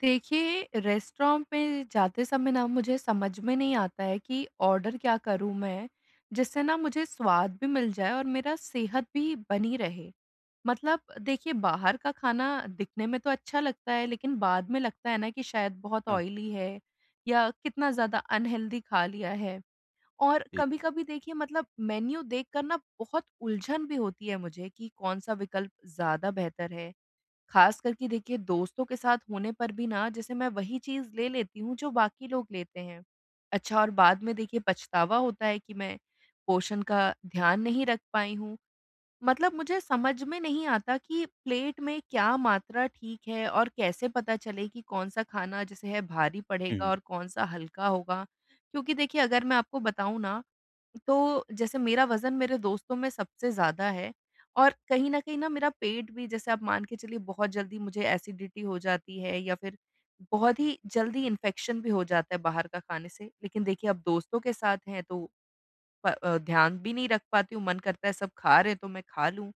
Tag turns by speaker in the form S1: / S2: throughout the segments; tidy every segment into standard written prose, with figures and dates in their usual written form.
S1: देखिए, रेस्टोरेंट में जाते समय ना मुझे समझ में नहीं आता है कि ऑर्डर क्या करूँ मैं, जिससे ना मुझे स्वाद भी मिल जाए और मेरा सेहत भी बनी रहे। मतलब देखिए, बाहर का खाना दिखने में तो अच्छा लगता है, लेकिन बाद में लगता है ना कि शायद बहुत
S2: हाँ।
S1: ऑयली है या कितना ज़्यादा अनहेल्दी खा लिया है। और
S2: जी।
S1: कभी-कभी देखिए मतलब मेन्यू देखकर ना बहुत उलझन भी होती है मुझे कि कौन-सा विकल्प ज़्यादा बेहतर है। खास करके देखिए दोस्तों के साथ होने पर भी ना जैसे मैं वही चीज़ ले लेती हूँ जो बाकी लोग लेते हैं। अच्छा और बाद में देखिए पछतावा होता है कि मैं पोषण का ध्यान नहीं रख पाई हूँ। मतलब मुझे समझ में नहीं आता कि प्लेट में क्या मात्रा ठीक है और कैसे पता चले कि कौन-सा खाना जैसे है भारी पड़ेगा
S2: हुँ।
S1: और कौन-सा हल्का होगा? क्योंकि देखिए अगर मैं आपको बताऊँ ना तो जैसे मेरा वज़न मेरे दोस्तों में सबसे ज़्यादा है और कहीं न कहीं ना मेरा पेट भी जैसे आप मान के चलिए बहुत जल्दी मुझे एसिडिटी हो जाती है या फिर बहुत ही जल्दी इन्फेक्शन भी हो जाता है बाहर का खाने से। लेकिन देखिए अब दोस्तों के साथ हैं तो ध्यान भी नहीं रख पाती हूँ, मन करता है सब खा रहे हैं तो मैं खा लूँ।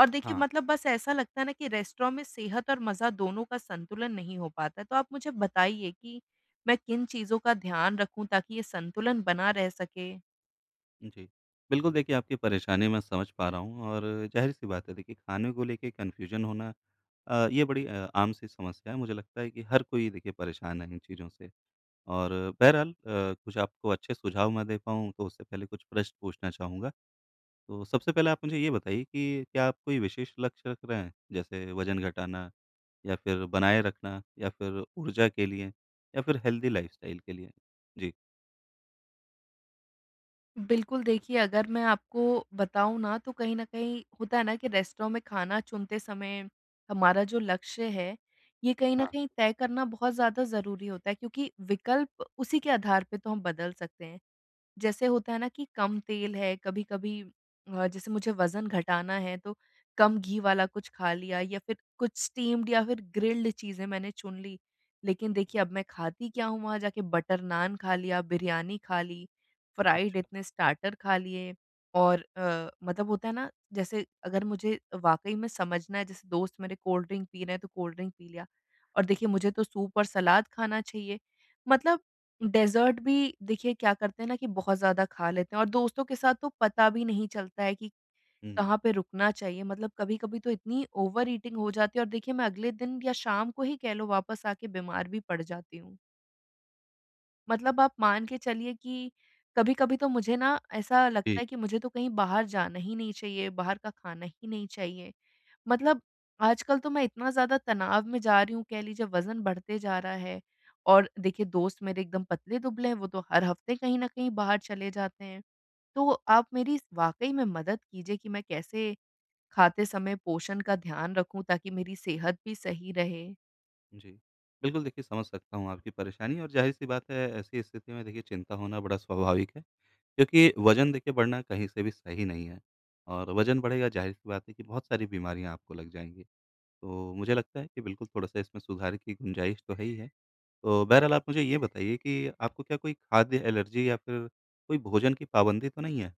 S1: और देखिए
S2: हाँ।
S1: मतलब बस ऐसा लगता है ना कि रेस्टोरेंट में सेहत और मज़ा दोनों का संतुलन नहीं हो पाता है। तो आप मुझे बताइए कि मैं किन चीज़ों का ध्यान रखूँ ताकि ये संतुलन बना रह सके?
S2: जी। बिल्कुल देखिए आपकी परेशानी मैं समझ पा रहा हूँ और ज़ाहिर-सी बात है देखिए खाने को लेके कन्फ्यूज़न होना ये बड़ी आम-सी समस्या है। मुझे लगता है कि हर कोई देखिए परेशान है इन चीज़ों से। और बहरहाल कुछ आपको अच्छे सुझाव मैं दे पाऊँ तो उससे पहले कुछ प्रश्न पूछना चाहूँगा। तो सबसे पहले आप मुझे ये बताइए कि क्या आप कोई विशेष लक्ष्य रख रहे हैं? जैसे वज़न घटाना या फिर बनाए रखना या फिर ऊर्जा के लिए या फिर हेल्दी लाइफ़स्टाइल के लिए? जी।
S1: बिल्कुल, देखिए अगर मैं आपको बताऊँ ना तो कहीं न कहीं होता है ना कि रेस्टोरेंट में खाना चुनते समय हमारा जो लक्ष्य है, ये कहीं न
S2: हाँ।
S1: कहीं तय करना बहुत ज़्यादा ज़रूरी होता है क्योंकि विकल्प उसी के आधार पे तो हम बदल सकते हैं। जैसे होता है ना कि कम तेल है, कभी-कभी जैसे मुझे वज़न घटाना है तो कम घी वाला कुछ खा लिया या फिर कुछ स्टीम्ड या फिर ग्रिल्ड चीज़ें मैंने चुन ली। लेकिन देखिए अब मैं खाती क्या हूँ वहाँ जाके बटर नान खा लिया, बिरयानी खा ली, फ्राइड
S2: अच्छा।
S1: इतने स्टार्टर खा लिए और मतलब होता है ना जैसे अगर मुझे वाक़ई में समझना है जैसे दोस्त मेरे कोल्ड ड्रिंक पी रहे हैं तो कोल्ड ड्रिंक पी लिया और देखिए मुझे तो सूप और सलाद खाना चाहिए। मतलब डेज़र्ट भी देखिए क्या करते हैं ना कि बहुत ज़्यादा खा लेते हैं और दोस्तों के साथ तो पता भी नहीं चलता है कि
S2: हुँ।
S1: कहाँ पे रुकना चाहिए। मतलब कभी-कभी तो इतनी ओवर ईटिंग हो जाती है और देखिए मैं अगले दिन या शाम को ही कह लो वापस आके बीमार भी पड़ जाती हूँ। मतलब आप मान के चलिए कि कभी-कभी तो मुझे ना ऐसा लगता
S2: जी।
S1: है कि मुझे तो कहीं बाहर जाना ही नहीं चाहिए, बाहर का खाना ही नहीं चाहिए। मतलब आजकल तो मैं इतना ज़्यादा तनाव में जा रही हूँ, कह लीजिए वज़न बढ़ते जा रहा है और देखिए दोस्त मेरे एकदम पतले-दुबले हैं, वो तो हर हफ्ते कहीं न कहीं बाहर चले जाते हैं। तो आप मेरी इस वाक़ई में मदद कीजिए कि मैं कैसे खाते समय पोषण का ध्यान रखूँ ताकि मेरी सेहत भी सही रहे?
S2: जी। बिल्कुल देखिए समझ सकता हूँ आपकी परेशानी और ज़ाहिर-सी बात है ऐसी स्थिति में देखिए चिंता होना बड़ा स्वाभाविक है, क्योंकि वज़न देखिए बढ़ना कहीं से भी सही नहीं है और वज़न बढ़ेगा ज़ाहिर-सी बात है कि बहुत सारी बीमारियाँ आपको लग जाएँगी। तो मुझे लगता है कि बिल्कुल थोड़ा-सा इसमें सुधार की गुंजाइश तो है ही है। तो बहरहाल आप मुझे ये बताइए कि आपको क्या कोई खाद्य एलर्जी या फिर कोई भोजन की पाबंदी तो नहीं है?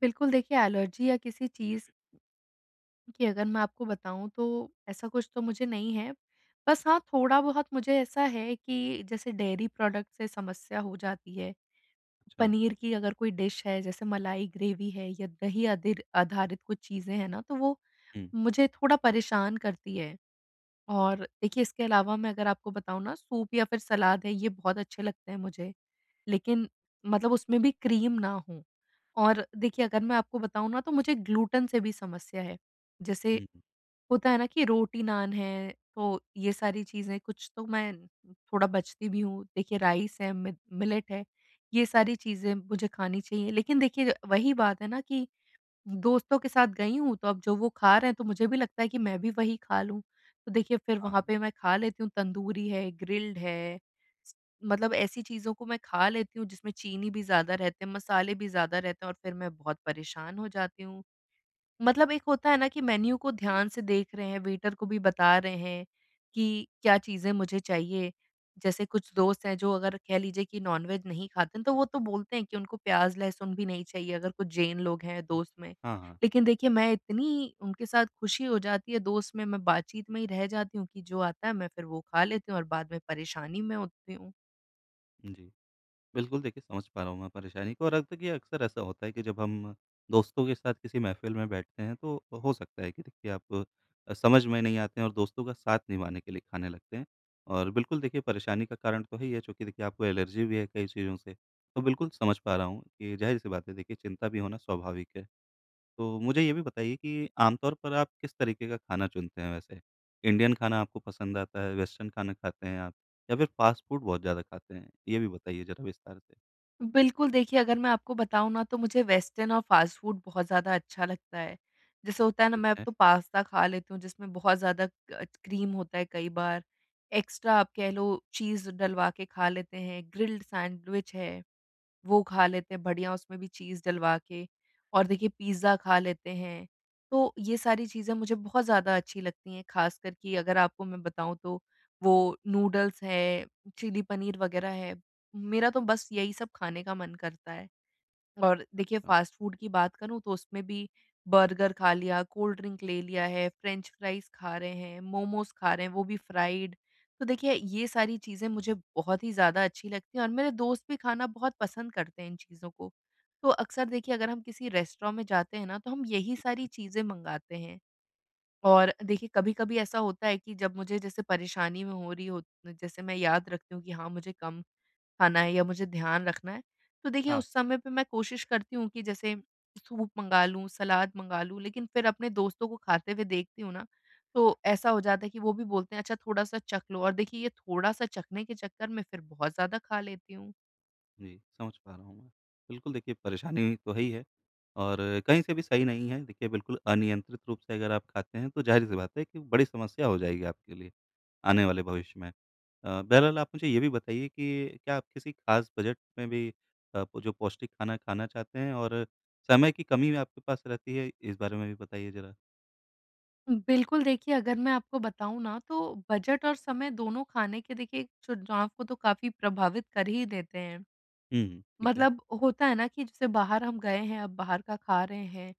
S1: बिल्कुल, देखिए एलर्जी या किसी चीज़ की अगर मैं आपको बताऊँ तो ऐसा कुछ तो मुझे नहीं है। बस हाँ, थोड़ा-बहुत मुझे ऐसा है कि जैसे डेयरी प्रोडक्ट से समस्या हो जाती है।
S2: अच्छा।
S1: पनीर की अगर कोई डिश है जैसे मलाई ग्रेवी है या दही अधिर आधारित कुछ चीज़ें हैं ना, तो वो
S2: हुँ,
S1: मुझे थोड़ा परेशान करती है। और देखिए इसके अलावा मैं अगर आपको बताऊँ ना सूप या फिर सलाद है ये बहुत अच्छे लगते हैं मुझे, लेकिन मतलब उसमें भी क्रीम ना हो। और देखिए अगर मैं आपको बताऊँ ना तो मुझे ग्लूटन से भी समस्या है। जैसे
S2: हुँ, हुँ।
S1: होता है ना कि रोटी नान है, तो ये सारी चीज़ें कुछ तो मैं थोड़ा बचती भी हूँ। देखिए राइस है, मि मिलेट है, ये सारी चीज़ें मुझे खानी चाहिए। लेकिन देखिए वही बात है ना कि दोस्तों के साथ गई हूँ तो अब जो वो खा रहे हैं तो मुझे भी लगता है कि मैं भी वही खा लूँ। तो देखिए फिर
S2: हाँ।
S1: वहाँ पे मैं खा लेती हूँ तंदूरी है, ग्रिल्ड है, स मतलब ऐसी चीज़ों को मैं खा लेती हूँ जिसमें चीनी भी ज़्यादा रहते हैं, मसाले भी ज़्यादा रहते हैं और फिर मैं बहुत परेशान हो जाती हूँ। मतलब एक होता है ना कि मेन्यू को
S2: जी।
S1: ध्यान से देख रहे हैं, वेटर को भी बता रहे हैं कि क्या चीज़ें मुझे चाहिए। जैसे कुछ दोस्त हैं जो अगर कह लीजिए कि नॉनवेज नहीं खाते हैं, तो वो तो बोलते हैं कि उनको प्याज़, लहसुन भी नहीं चाहिए, अगर कुछ जैन लोग हैं दोस्त में।
S2: हाँ, हाँ, हाँ।
S1: लेकिन देखिए मैं इतनी उनके साथ खुशी हो जाती है दोस्त में, मैं बातचीत में ही रह जाती हूँ कि जो आता है मैं फिर वो खा लेती हूँ और बाद में परेशानी में होती हूँ।
S2: जी। बिल्कुल, देखिए समझ पा रहा हूँ मैं परेशानी को और अब तक ये अक्सर ऐसा होता है कि जब हम दोस्तों के साथ किसी महफ़िल में बैठते हैं तो हो सकता है कि देखिए आप समझ में नहीं आते हैं और दोस्तों का साथ निभाने के लिए खाने लगते हैं। और बिल्कुल देखिए परेशानी का कारण तो है ही है चूँकि देखिए आपको एलर्जी भी है कई चीज़ों से। तो बिल्कुल समझ पा रहा हूँ कि ज़ाहिर-सी बात है देखिए चिंता भी होना स्वाभाविक है। तो मुझे ये भी बताइए कि आमतौर पर आप किस तरीके का खाना चुनते हैं वैसे? इंडियन खाना आपको पसंद आता है, वेस्टर्न खाना खाते हैं आप या फिर फ़ास्ट फ़ूड बहुत ज़्यादा खाते हैं? ये भी बताइए ज़रा विस्तार से।
S1: बिल्कुल, देखिए अगर मैं आपको बताऊँ ना तो मुझे वेस्टर्न और फ़ास्ट फ़ूड बहुत ज़्यादा अच्छा लगता है। जैसे होता है ना
S2: ठीक
S1: मैं अब
S2: है।
S1: तो पास्ता खा लेती हूँ जिसमें बहुत ज़्यादा क क्रीम होता है कई बार, एक्स्ट्रा आप कह लो चीज़ डलवा के खा लेते हैं, ग्रिल्ड सैंडविच है। वो खा लेते हैं बढ़िया उसमें भी चीज़ डलवा के और देखिए पिज़्ज़ा खा लेते हैं। तो ये सारी चीज़ें मुझे बहुत ज़्यादा अच्छी लगती हैं, ख़ासकर कि अगर आपको मैं बताऊँ तो वो नूडल्स है, चिली पनीर वग़ैरह है। मेरा तो बस यही सब खाने का मन करता है। और देखिए
S2: अच्छा,
S1: फ़ास्ट फ़ूड की बात करूँ तो उसमें भी बर्गर खा लिया, कोल्ड ड्रिंक ले लिया है, फ्रेंच फ्राइज़ खा रहे हैं, मोमोज़ खा रहे हैं, वो भी फ्राइड। तो देखिए ये सारी चीज़ें मुझे बहुत ही ज़्यादा अच्छी लगती हैं और मेरे दोस्त भी खाना बहुत पसंद करते हैं इन चीज़ों को। तो अक्सर देखिए अगर हम किसी रेस्टोरेंट में जाते हैं ना तो हम यही
S2: ठीक है।
S1: सारी चीज़ें मँगाते हैं। और देखिए कभी-कभी ऐसा होता है कि जब मुझे जैसे परेशानी में हो रही हो जैसे मैं याद रखती हूँ कि हाँ, मुझे कम खाना है या मुझे ध्यान रखना है। तो देखिए
S2: हाँ।
S1: उस समय पे मैं कोशिश करती हूँ कि जैसे सूप मँगा लूँ, सलाद मँगा लूँ, लेकिन फिर अपने दोस्तों को खाते हुए देखती हूँ ना, तो ऐसा हो जाता है कि वो भी बोलते हैं अच्छा थोड़ा-सा चख लो और देखिए ये थोड़ा-सा चखने के चक्कर में फिर बहुत ज़्यादा खा लेती हूँ।
S2: जी, समझ पा रहा हूँ मैं। बिल्कुल देखिए परेशानी तो है ही है और कहीं से भी सही नहीं है। देखिए बिल्कुल अनियंत्रित रूप से अगर आप खाते हैं तो ज़ाहिर-सी बात है कि बड़ी समस्या हो जाएगी आपके लिए आने वाले भविष्य में। बहरहाल आप मुझे ये भी बताइए कि क्या आप किसी ख़ास बजट में भी जो पौष्टिक खाना खाना चाहते हैं और समय की कमी आपके पास रहती है? इस बारे में भी बताइए ज़रा।
S1: बिल्कुल, देखिए अगर मैं आपको बताऊँ ना तो बजट और समय दोनों खाने के देखिए चुनाव को तो काफ़ी प्रभावित कर ही देते हैं।
S2: हुँ, हुँ, ठीक है।
S1: मतलब होता है ना कि जैसे बाहर हम गए हैं, अब बाहर का खा रहे हैं,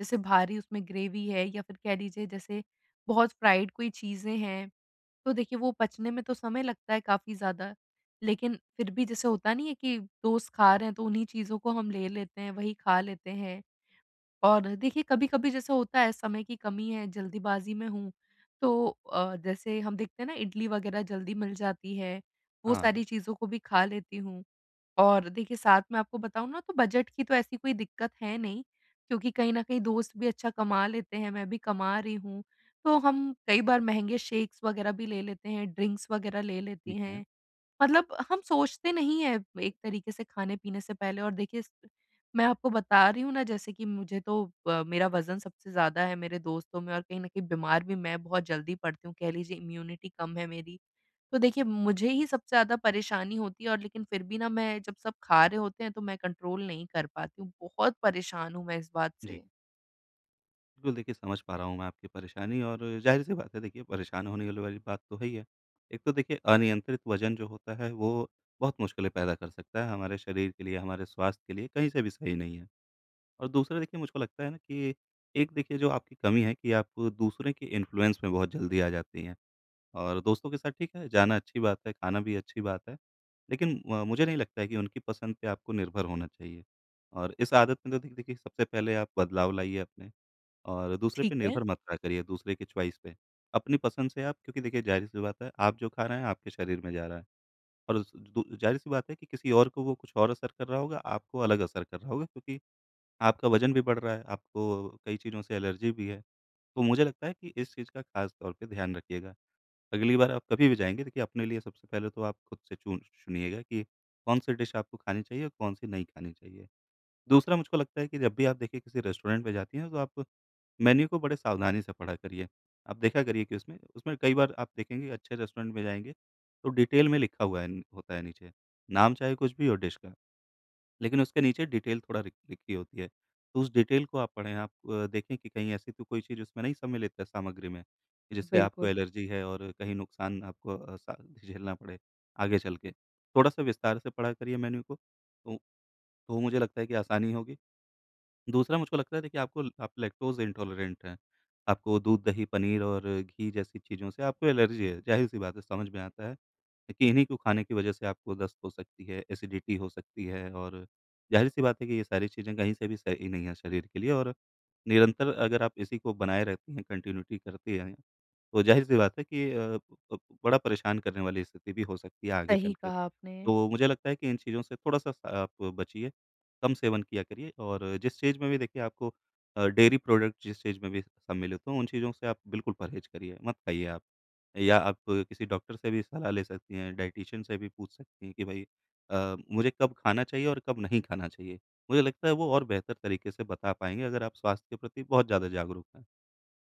S1: जैसे भारी उसमें ग्रेवी है या फिर कह लीजिए जैसे बहुत फ्राइड कोई चीज़ें हैं, तो देखिए वो पचने में तो समय लगता है काफ़ी ज़्यादा। लेकिन फिर भी जैसे होता नहीं है कि दोस्त खा रहे हैं तो उन्हीं चीज़ों को हम ले लेते हैं, वही खा लेते हैं। और देखिए कभी-कभी जैसे होता है समय की कमी है, जल्दीबाज़ी में हूँ, तो जैसे हम देखते हैं ना इडली वगैरह जल्दी मिल जाती है, वो
S2: हाँ, हाँ,
S1: सारी चीज़ों को भी खा लेती हूँ। और देखिए साथ में आपको बताऊँ ना तो बजट की तो ऐसी कोई दिक्कत है नहीं, क्योंकि कहीं न कहीं दोस्त भी अच्छा कमा लेते हैं, मैं भी कमा रही हूँ। तो हम कई बार महँगे शेक्स वग़ैरह भी ले लेते हैं, ड्रिंक्स वग़ैरह ले लेती
S2: ठीक है।
S1: हैं। मतलब हम सोचते नहीं हैं एक तरीके से खाने-पीने से पहले और देखिए स मैं आपको बता रही हूँ ना जैसे कि मुझे तो मेरा वज़न सबसे ज़्यादा है मेरे दोस्तों में और कहीं न कहीं बीमार भी मैं बहुत जल्दी पड़ती हूँ, कह लीजिए इम्यूनिटी कम है मेरी। तो देखिए, मुझे ही सबसे ज़्यादा परेशानी होती है और लेकिन फिर भी ना मैं जब सब खा रहे होते हैं तो मैं कंट्रोल नहीं कर पाती हूँ। बहुत परेशान हूँ मैं इस बात
S2: जी।
S1: से।
S2: बिल्कुल, देखिए समझ पा रहा हूँ मैं आपकी परेशानी और ज़ाहिर-सी बात है देखिए परेशान होने वाली वाली बात तो है ही है। एक तो देखिए अनियंत्रित वज़न जो होता है वो बहुत मुश्किलें पैदा कर सकता है हमारे शरीर के लिए, हमारे स्वास्थ्य के लिए कहीं से भी सही नहीं है। और दूसरा देखिए मुझको लगता है ना कि एक देखिए जो आपकी कमी है कि आप दूसरे के इन्फ्लुएंस में बहुत जल्दी आ जाती हैं। और दोस्तों के साथ ठीक है, जाना अच्छी बात है, खाना भी अच्छी बात है। लेकिन मुझे नहीं लगता है कि उनकी पसंद पे आपको निर्भर होना चाहिए। और इस आदत में तो देखिए देखिए सबसे पहले आप बदलाव लाइए अपने। और दूसरे पे
S1: ठीक है,
S2: निर्भर मत रहा करिए, दूसरे की चॉइस पे। अपनी पसंद से आप क्योंकि देखिए ज़ाहिर-सी बात है, आप जो खा रहे हैं, आपके शरीर में जा रहा है और उस दू ज़ाहिर-सी बात है कि किसी और को वो कुछ और असर कर रहा होगा, आपको अलग असर कर रहा होगा क्योंकि आपका वज़न भी बढ़ रहा है, आपको कई चीज़ों से एलर्जी भी है। तो मुझे लगता है कि इस चीज़ का ख़ास तौर पे ध्यान रखिएगा। अगली बार आप कभी भी जाएँगे, देखिए अपने लिए सबसे पहले तो आप खुद से चुनिएगा कि कौन-सी डिश आपको खानी चाहिए और कौन-सी नहीं खानी चाहिए। दूसरा मुझको लगता है कि जब भी आप देखिए किसी रेस्टोरेंट में जाती हैं तो आप मेन्यू को बड़े सावधानी से पढ़ा करिए। आप देखा करिए कि उसमें उसमें कई बार आप देखेंगे अच्छे रेस्टोरेंट में जाएँगे तो डिटेल में लिखा हुआ है न होता है नीचे। नाम चाहे कुछ भी हो डिश का, लेकिन उसके नीचे डिटेल थोड़ा लिखी होती है। तो उस डिटेल को आप पढ़ें, आप देखें कि कहीं ऐसी तो कोई चीज़ उसमें नहीं सम्मिलित है सामग्री में, कि जिससे आपको
S1: बिल्कुल,
S2: एलर्जी है और कहीं नुकसान आपको अ, सा झेलना पड़े आगे चल के। थोड़ा-सा विस्तार से पढ़ा करिए मेन्यू को, तो मुझे लगता है कि आसानी होगी। दूसरा मुझको लगता है देखिए आपको आप लैक्टोज़ इंटॉलरेंट हैं। आपको दूध, दही, पनीर और घी जैसी चीज़ों से आपको एलर्जी है, ज़ाहिर-सी बात है समझ में आता है कि इन्हीं को खाने की वजह से आपको दस्त हो सकती है, एसिडिटी हो सकती है और ज़ाहिर-सी बात है कि ये सारी चीज़ें कहीं से भी सही नहीं है शरीर के लिए और निरंतर अगर आप इसी को बनाए रहती हैं, कंटिन्यूटी करती हैं, तो ज़ाहिर-सी बात है कि अ, ब ब बड़ा परेशान करने वाली स्थिति भी हो सकती है आगे चल
S1: सही
S2: के।
S1: कहा आपने,
S2: तो मुझे लगता है कि इन चीज़ों से थोड़ा-सा स आप बचिए, कम सेवन किया करिए और जिस चीज़ में भी देखिए आपको डेयरी प्रोडक्ट जिस चीज़ में भी सम्मिलित हों, उन चीज़ों से आप बिल्कुल परहेज़ करिए, मत खाइए आप। या आप किसी डॉक्टर से भी सलाह ले सकती हैं, डायटीशियन से भी पूछ सकती हैं कि भई मुझे कब खाना चाहिए और कब नहीं खाना चाहिए। मुझे लगता है वो और बेहतर तरीके से बता पाएँगे अगर आप स्वास्थ्य के प्रति बहुत ज़्यादा जागरूक हैं।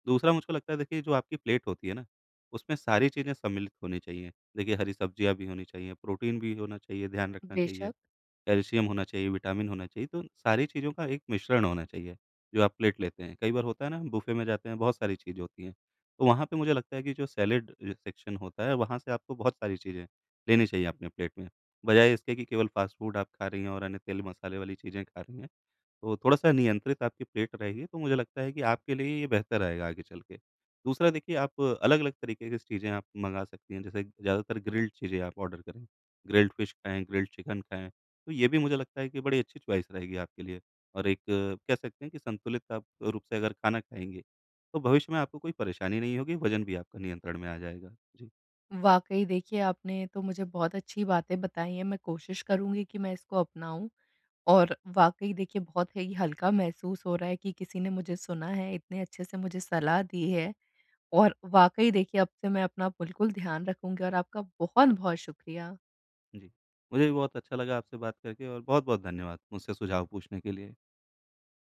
S2: दूसरा मुझको लगता है देखिए जो आपकी प्लेट होती है ना, उसमें सारी चीज़ें सम्मिलित होनी चाहिए। देखिए हरी सब्जियाँ भी होनी चाहिए, प्रोटीन भी होना चाहिए, ध्यान रखना चाहिए,
S1: बेशक।
S2: कैल्शियम होना चाहिए, विटामिन होना चाहिए, तो सारी चीज़ों का एक मिश्रण होना चाहिए, जो आप प्लेट लेते हैं। कई बार होता है ना हम बुफ़े में जाते हैं, बहुत सारी चीज़ होती हैं, तो वहाँ पे मुझे लगता है कि जो सैलेड सेक्शन होता है, वहाँ से आपको बहुत सारी चीज़ें लेनी चाहिए अपने प्लेट में। बजाय इसके कि केवल फ़ास्ट फ़ूड आप खा रही हैं और अन्य तेल मसाले वाली चीज़ें खा रही हैं। तो थोड़ा-सा नियंत्रित आपकी प्लेट रहेगी, तो मुझे लगता है कि आपके लिए ये बेहतर रहेगा आगे चल के। दूसरा देखिए आप अलग-अलग तरीके की चीज़ें आप मँगा सकती हैं, जैसे ज़्यादातर ग्रिल्ड चीज़ें आप ऑर्डर करें, ग्रिल्ड फिश खाएँ, ग्रिल्ड चिकन खाएँ, तो ये भी मुझे लगता है कि बड़ी अच्छी चॉइस रहेगी आपके लिए। और एक कह सकते हैं कि संतुलित आप रूप से अगर खाना खाएँगे, तो भविष्य में आपको कोई परेशानी नहीं होगी, वज़न भी आपका नियंत्रण में आ जाएगा। जी।
S1: वाक़ई देखिए, आपने तो मुझे बहुत अच्छी बातें बताई हैं, मैं कोशिश करूँगी कि मैं इसको अपनाऊँ और वाक़ई देखिए, बहुत ही हल्का महसूस हो रहा है कि किसी ने मुझे सुना है, इतने अच्छे से मुझे सलाह दी है और वाक़ई देखिए, अब से मैं अपना बिल्कुल ध्यान रखूँगी और आपका बहुत-बहुत शुक्रिया।
S2: जी। मुझे भी बहुत अच्छा लगा आपसे बात करके और बहुत-बहुत धन्यवाद मुझसे सुझाव पूछने के लिए।